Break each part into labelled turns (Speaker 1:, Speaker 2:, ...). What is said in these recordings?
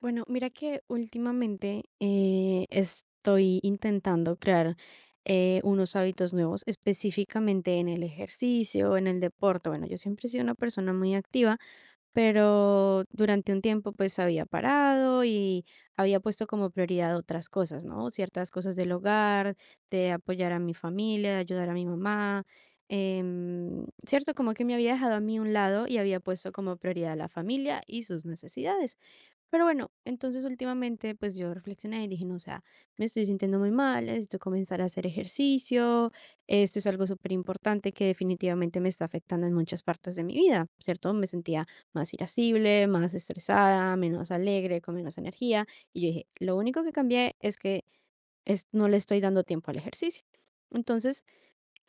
Speaker 1: Bueno, mira que últimamente estoy intentando crear unos hábitos nuevos, específicamente en el ejercicio, en el deporte. Bueno, yo siempre he sido una persona muy activa, pero durante un tiempo pues había parado y había puesto como prioridad otras cosas, ¿no? Ciertas cosas del hogar, de apoyar a mi familia, de ayudar a mi mamá. Cierto, como que me había dejado a mí un lado y había puesto como prioridad a la familia y sus necesidades. Pero bueno, entonces últimamente pues yo reflexioné y dije, no, o sea, me estoy sintiendo muy mal, necesito comenzar a hacer ejercicio, esto es algo súper importante que definitivamente me está afectando en muchas partes de mi vida, ¿cierto? Me sentía más irascible, más estresada, menos alegre, con menos energía, y yo dije, lo único que cambié es que no le estoy dando tiempo al ejercicio. Entonces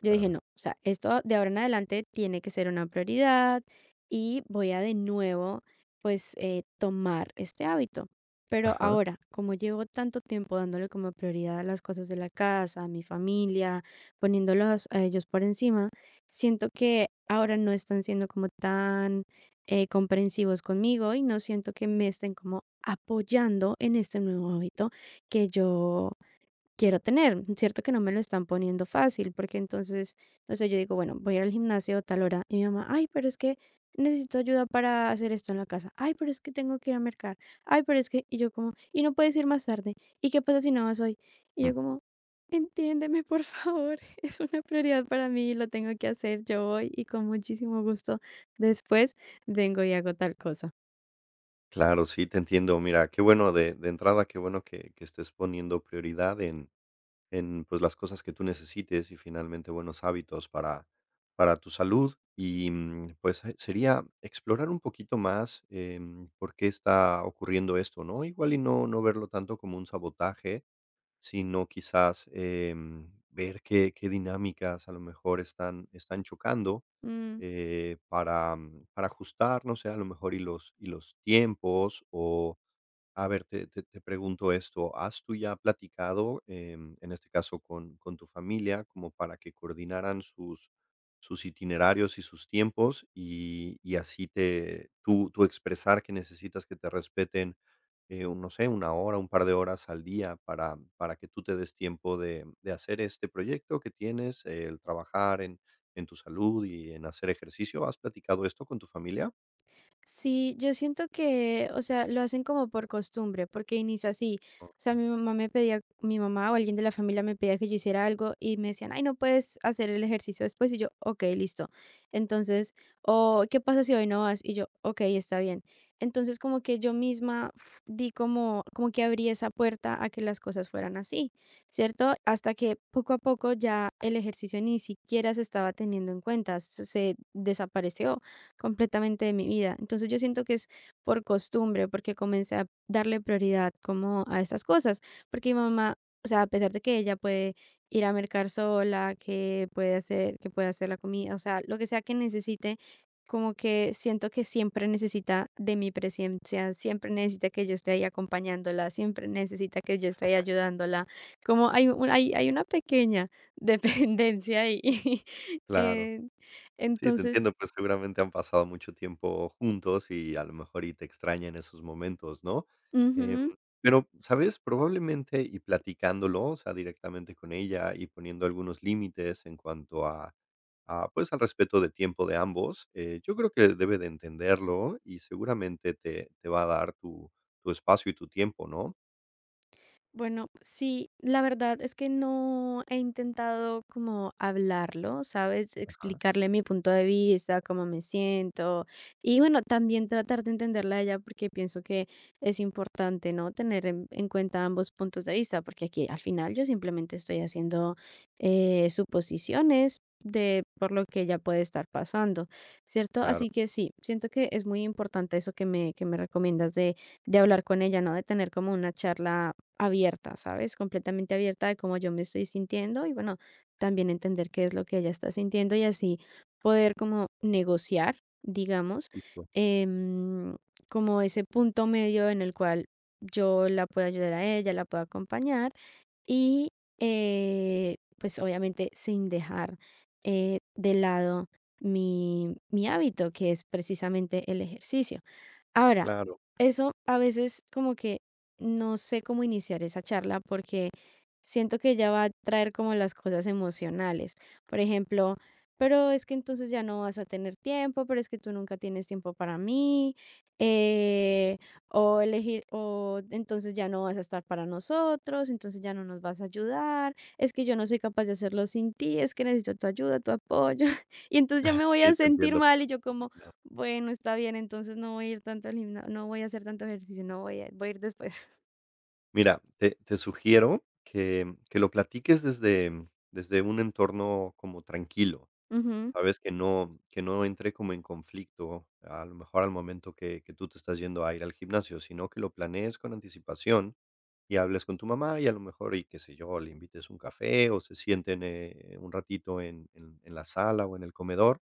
Speaker 1: yo dije, no,
Speaker 2: Claro.
Speaker 1: o sea, esto de ahora en adelante tiene que ser una prioridad y voy a de nuevo, pues, tomar este hábito. Pero
Speaker 2: Ajá.
Speaker 1: ahora, como llevo tanto tiempo dándole como prioridad a las cosas de la casa, a mi familia, poniéndolos a ellos por encima, siento que ahora no están siendo como tan comprensivos conmigo y no siento que me estén como apoyando en este nuevo hábito que yo quiero tener. Cierto que no me lo están poniendo fácil, porque entonces, no sé, yo digo, bueno, voy a ir al gimnasio a tal hora y mi mamá, ay, pero es que necesito ayuda para hacer esto en la casa. Ay, pero es que tengo que ir a mercar. Ay, pero es que, y yo como, y no puedes ir más tarde. ¿Y qué pasa si no vas hoy? Y
Speaker 2: Mm.
Speaker 1: yo como, entiéndeme, por favor, es una prioridad para mí, lo tengo que hacer, yo voy y con muchísimo gusto después vengo y hago tal cosa.
Speaker 2: Claro, sí, te entiendo. Mira, qué bueno de entrada, qué bueno que estés poniendo prioridad en pues las cosas que tú necesites y finalmente buenos hábitos para tu salud. Y pues sería explorar un poquito más por qué está ocurriendo esto, ¿no? Igual y no verlo tanto como un sabotaje, sino quizás, ver qué dinámicas a lo mejor están chocando,
Speaker 1: Mm.
Speaker 2: para para ajustar, no sé, a lo mejor y los tiempos o a ver, te pregunto esto, ¿has tú ya platicado, en este caso con tu familia, como para que coordinaran sus sus itinerarios y sus tiempos? Y así te tú expresar que necesitas que te respeten, un no sé, una hora, un par de horas al día para que tú te des tiempo de hacer este proyecto que tienes, el trabajar en tu salud y en hacer ejercicio, ¿has platicado esto con tu familia?
Speaker 1: Sí, yo siento que, o sea, lo hacen como por costumbre, porque inició así. O sea,
Speaker 2: Okey,
Speaker 1: mi mamá me pedía, mi mamá o alguien de la familia me pedía que yo hiciera algo y me decían, ay, no puedes hacer el ejercicio después. Y yo, ok, listo. Entonces, o ¿qué pasa si hoy no vas? Y yo, ok, está bien. Entonces, como que yo misma di como, como que abrí esa puerta a que las cosas fueran así, ¿cierto? Hasta que poco a poco ya el ejercicio ni siquiera se estaba teniendo en cuenta, se desapareció completamente de mi vida. Entonces yo siento que es por costumbre, porque comencé a darle prioridad como a estas cosas, porque mi mamá, o sea, a pesar de que ella puede ir a mercar sola, que puede hacer la comida, o sea, lo que sea que necesite, como que siento que siempre necesita de mi presencia, siempre necesita que yo esté ahí acompañándola, siempre necesita que yo esté ahí ayudándola. Como hay, hay una pequeña dependencia ahí.
Speaker 2: claro.
Speaker 1: Eh,
Speaker 2: Sí, te
Speaker 1: entonces,
Speaker 2: entiendo, pues seguramente han pasado mucho tiempo juntos y a lo mejor y te extrañan esos momentos, ¿no?
Speaker 1: ujú.
Speaker 2: Pero, ¿sabes? Probablemente y platicándolo, o sea, directamente con ella y poniendo algunos límites en cuanto a, pues al respeto de tiempo de ambos, yo creo que debe de entenderlo y seguramente te, te va a dar tu, tu espacio y tu tiempo, ¿no?
Speaker 1: Bueno, sí, la verdad es que no he intentado como hablarlo, ¿sabes?
Speaker 2: Ajá,
Speaker 1: Explicarle mi punto de vista, cómo me siento y bueno, también tratar de entenderla a ella porque pienso que es importante, ¿no? Tener en cuenta ambos puntos de vista porque aquí al final yo simplemente estoy haciendo suposiciones de por lo que ella puede estar pasando, ¿cierto?
Speaker 2: claro,
Speaker 1: Así que sí, siento que es muy importante eso que que me recomiendas de hablar con ella, ¿no? De tener como una charla abierta, ¿sabes? Completamente abierta de cómo yo me estoy sintiendo y bueno, también entender qué es lo que ella está sintiendo y así poder como negociar, digamos,
Speaker 2: justo,
Speaker 1: em, como ese punto medio en el cual yo la pueda ayudar a ella, la pueda acompañar y, pues, obviamente, sin dejar, de lado mi hábito, que es precisamente el ejercicio. Ahora,
Speaker 2: claro.
Speaker 1: eso a veces como que no sé cómo iniciar esa charla porque siento que ella va a traer como las cosas emocionales. Por ejemplo, pero es que entonces ya no vas a tener tiempo, pero es que tú nunca tienes tiempo para mí, eh, o elegir, o entonces ya no vas a estar para nosotros, entonces ya no nos vas a ayudar, es que yo no soy capaz de hacerlo sin ti, es que necesito tu ayuda, tu apoyo, y entonces ya me voy
Speaker 2: Sí,
Speaker 1: a
Speaker 2: te
Speaker 1: sentir
Speaker 2: entiendo.
Speaker 1: mal y
Speaker 2: Pues,
Speaker 1: yo como,
Speaker 2: complicado.
Speaker 1: bueno, está bien, entonces no voy a ir tanto al gimnasio, no voy a hacer tanto ejercicio, no voy a, voy a ir después.
Speaker 2: Mira, te sugiero que lo platiques desde desde un entorno como tranquilo,
Speaker 1: Ujú,
Speaker 2: ¿sabes? Que no entre como en conflicto, a lo mejor al momento que tú te estás yendo a ir al gimnasio, sino que lo planees con anticipación y hables con tu mamá y a lo mejor, y qué sé yo, le invites un café o se sienten, un ratito en la sala o en el comedor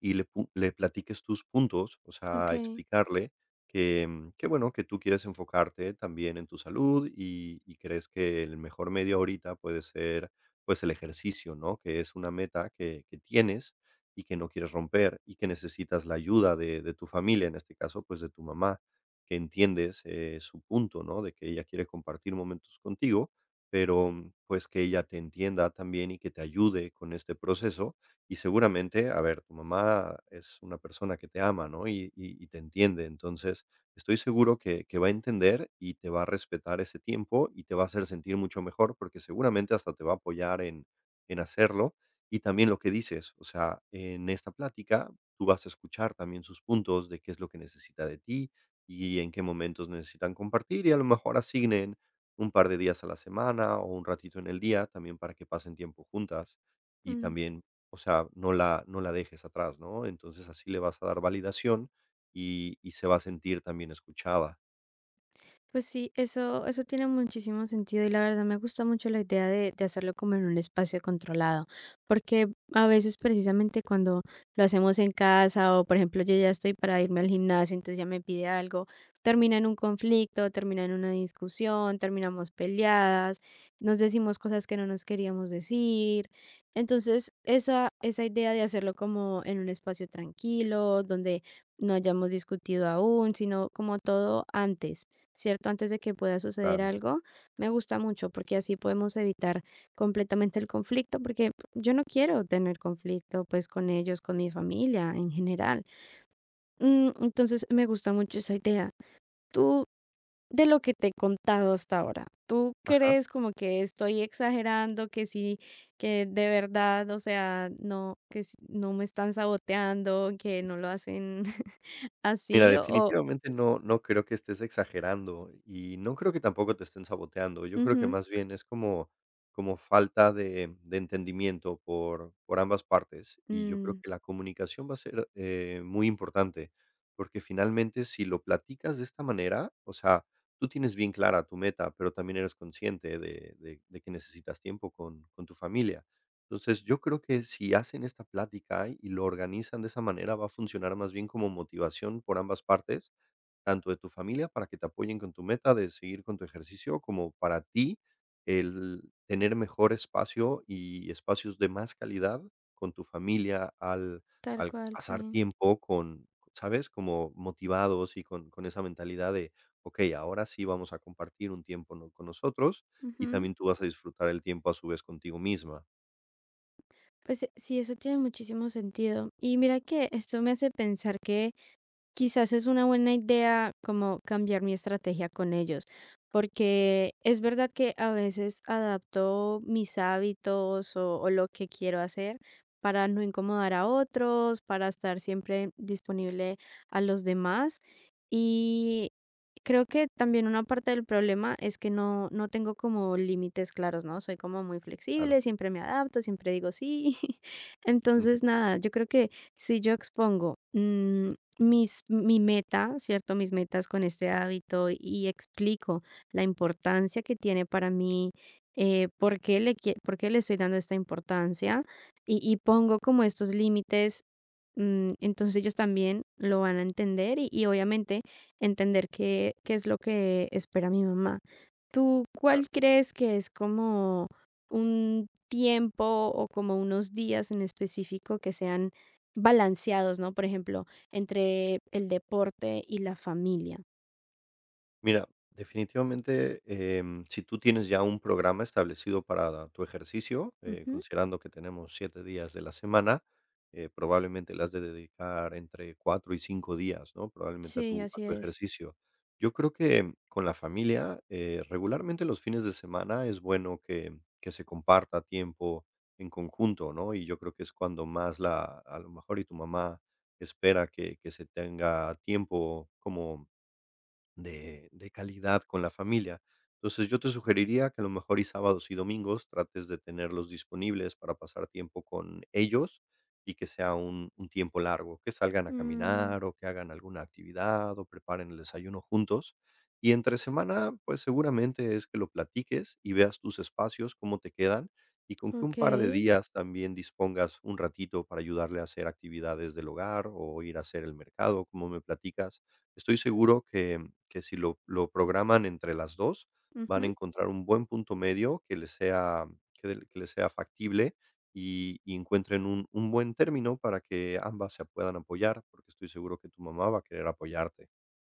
Speaker 2: y le pu le platiques tus puntos, o sea,
Speaker 1: ok.
Speaker 2: explicarle que, que bueno, que tú quieres enfocarte también en tu salud y crees que el mejor medio ahorita puede ser, pues, el ejercicio, ¿no? Que es una meta que tienes y que no quieres romper y que necesitas la ayuda de tu familia, en este caso, pues, de tu mamá, que entiendes, su punto, ¿no? De que ella quiere compartir momentos contigo, pero, pues, que ella te entienda también y que te ayude con este proceso y seguramente, a ver, tu mamá es una persona que te ama, ¿no? Y te entiende. Entonces, estoy seguro que va a entender y te va a respetar ese tiempo y te va a hacer sentir mucho mejor porque seguramente hasta te va a apoyar en hacerlo. Y también lo que dices, o sea, en esta plática tú vas a escuchar también sus puntos de qué es lo que necesita de ti y en qué momentos necesitan compartir y a lo mejor asignen un par de días a la semana o un ratito en el día también para que pasen tiempo juntas y
Speaker 1: Mm.
Speaker 2: también o sea, no la dejes atrás, ¿no? Entonces, así le vas a dar validación y se va a sentir también escuchada.
Speaker 1: Pues sí, eso tiene muchísimo sentido y la verdad me gusta mucho la idea de hacerlo como en un espacio controlado, porque a veces precisamente cuando lo hacemos en casa o por ejemplo yo ya estoy para irme al gimnasio, entonces ya me pide algo, termina en un conflicto, termina en una discusión, terminamos peleadas, nos decimos cosas que no nos queríamos decir. Entonces, esa idea de hacerlo como en un espacio tranquilo, donde no hayamos discutido aún, sino como todo antes, ¿cierto? Antes de que pueda suceder
Speaker 2: Claro.
Speaker 1: algo, me gusta mucho porque así podemos evitar completamente el conflicto, porque yo no quiero tener conflicto pues con ellos, con mi familia en general. Mm, entonces me gusta mucho esa idea. Tú, de lo que te he contado hasta ahora, ¿tú
Speaker 2: Ajá.
Speaker 1: crees como que estoy exagerando, que sí, que de verdad, o sea, no, que no me están saboteando, que no lo hacen
Speaker 2: Mira,
Speaker 1: así o...
Speaker 2: definitivamente no creo que estés exagerando y no creo que tampoco te estén saboteando. Yo creo que
Speaker 1: Ujú,
Speaker 2: más bien es como como falta de entendimiento por ambas partes, y yo creo
Speaker 1: mm,
Speaker 2: que la comunicación va a ser, muy importante, porque finalmente si lo platicas de esta manera, o sea, tú tienes bien clara tu meta, pero también eres consciente de que necesitas tiempo con tu familia. Entonces, yo creo que si hacen esta plática y lo organizan de esa manera, va a funcionar más bien como motivación por ambas partes, tanto de tu familia para que te apoyen con tu meta de seguir con tu ejercicio, como para ti el tener mejor espacio y espacios de más calidad con tu familia al,
Speaker 1: tal
Speaker 2: al
Speaker 1: cual,
Speaker 2: pasar
Speaker 1: sí.
Speaker 2: tiempo con, ¿sabes? Como motivados y con esa mentalidad de, ok, ahora sí vamos a compartir un tiempo no- con nosotros y
Speaker 1: Ujú.
Speaker 2: también tú vas a disfrutar el tiempo a su vez contigo misma.
Speaker 1: Pues sí, eso tiene muchísimo sentido. Y mira que esto me hace pensar que quizás es una buena idea como cambiar mi estrategia con ellos, porque es verdad que a veces adapto mis hábitos o lo que quiero hacer para no incomodar a otros, para estar siempre disponible a los demás. Y creo que también una parte del problema es que no, no tengo como límites claros, ¿no? Soy como muy
Speaker 2: Claro.
Speaker 1: flexible, siempre me adapto, siempre digo sí.
Speaker 2: Ujú,
Speaker 1: Entonces, nada, yo creo que si yo expongo mi meta, ¿cierto? Mis metas con este hábito y explico la importancia que tiene para mí, por qué le, por qué le estoy dando esta importancia y pongo como estos límites. Entonces ellos también lo van a entender y obviamente entender qué, qué es lo que espera mi mamá. ¿Tú cuál
Speaker 2: claro.
Speaker 1: crees que es como un tiempo o como unos días en específico que sean balanceados, ¿no? Por ejemplo, entre el deporte y la familia.
Speaker 2: Mira, definitivamente, si tú tienes ya un programa establecido para tu ejercicio,
Speaker 1: Ujú.
Speaker 2: considerando que tenemos 7 días de la semana, probablemente le has de dedicar entre 4 y 5 días, ¿no? Probablemente a
Speaker 1: Sí,
Speaker 2: tu a
Speaker 1: así
Speaker 2: tu
Speaker 1: es.
Speaker 2: ejercicio. Yo creo que con la familia, regularmente los fines de semana es bueno que se comparta tiempo en conjunto, ¿no? Y yo creo que es cuando más la a lo mejor y tu mamá espera que se tenga tiempo como de calidad con la familia. Entonces, yo te sugeriría que a lo mejor y sábados y domingos trates de tenerlos disponibles para pasar tiempo con ellos y que sea un tiempo largo, que salgan a
Speaker 1: Mm,
Speaker 2: caminar o que hagan alguna actividad o preparen el desayuno juntos. Y entre semana, pues seguramente es que lo platiques y veas tus espacios, cómo te quedan, y con que un par de
Speaker 1: okey.
Speaker 2: días también dispongas un ratito para ayudarle a hacer actividades del hogar o ir a hacer el mercado, como me platicas. Estoy seguro que si lo programan entre las 2 van a
Speaker 1: Ujú.
Speaker 2: encontrar un buen punto medio que les sea que del que les sea factible y encuentren un buen término para que ambas se puedan apoyar, porque estoy seguro que tu mamá va a querer apoyarte.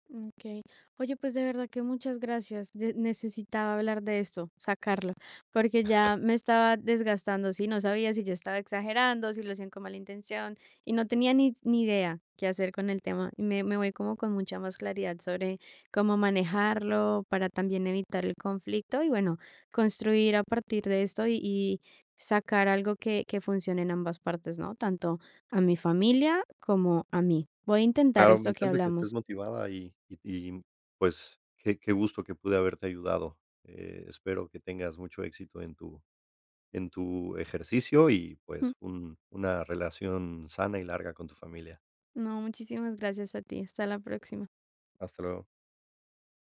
Speaker 1: Ok. Oye, pues de verdad que muchas gracias. Necesitaba hablar de esto, sacarlo, porque ya me estaba desgastando, sí, no sabía si yo estaba exagerando, si lo hacían con mala intención, y no tenía ni idea qué hacer con el tema. Y me voy como con mucha más claridad sobre cómo manejarlo para también evitar el conflicto y bueno, construir a partir de esto y sacar algo que funcione en ambas partes, ¿no? Tanto a mi familia como a mí. Voy a intentar
Speaker 2: Claro, me
Speaker 1: esto que
Speaker 2: encanta que estés
Speaker 1: hablamos.
Speaker 2: motivada y, pues, qué qué gusto que pude haberte ayudado. Espero que tengas mucho éxito en tu ejercicio y, pues, un una relación sana y larga con tu familia.
Speaker 1: No, muchísimas gracias a ti. Hasta la próxima.
Speaker 2: Hasta luego.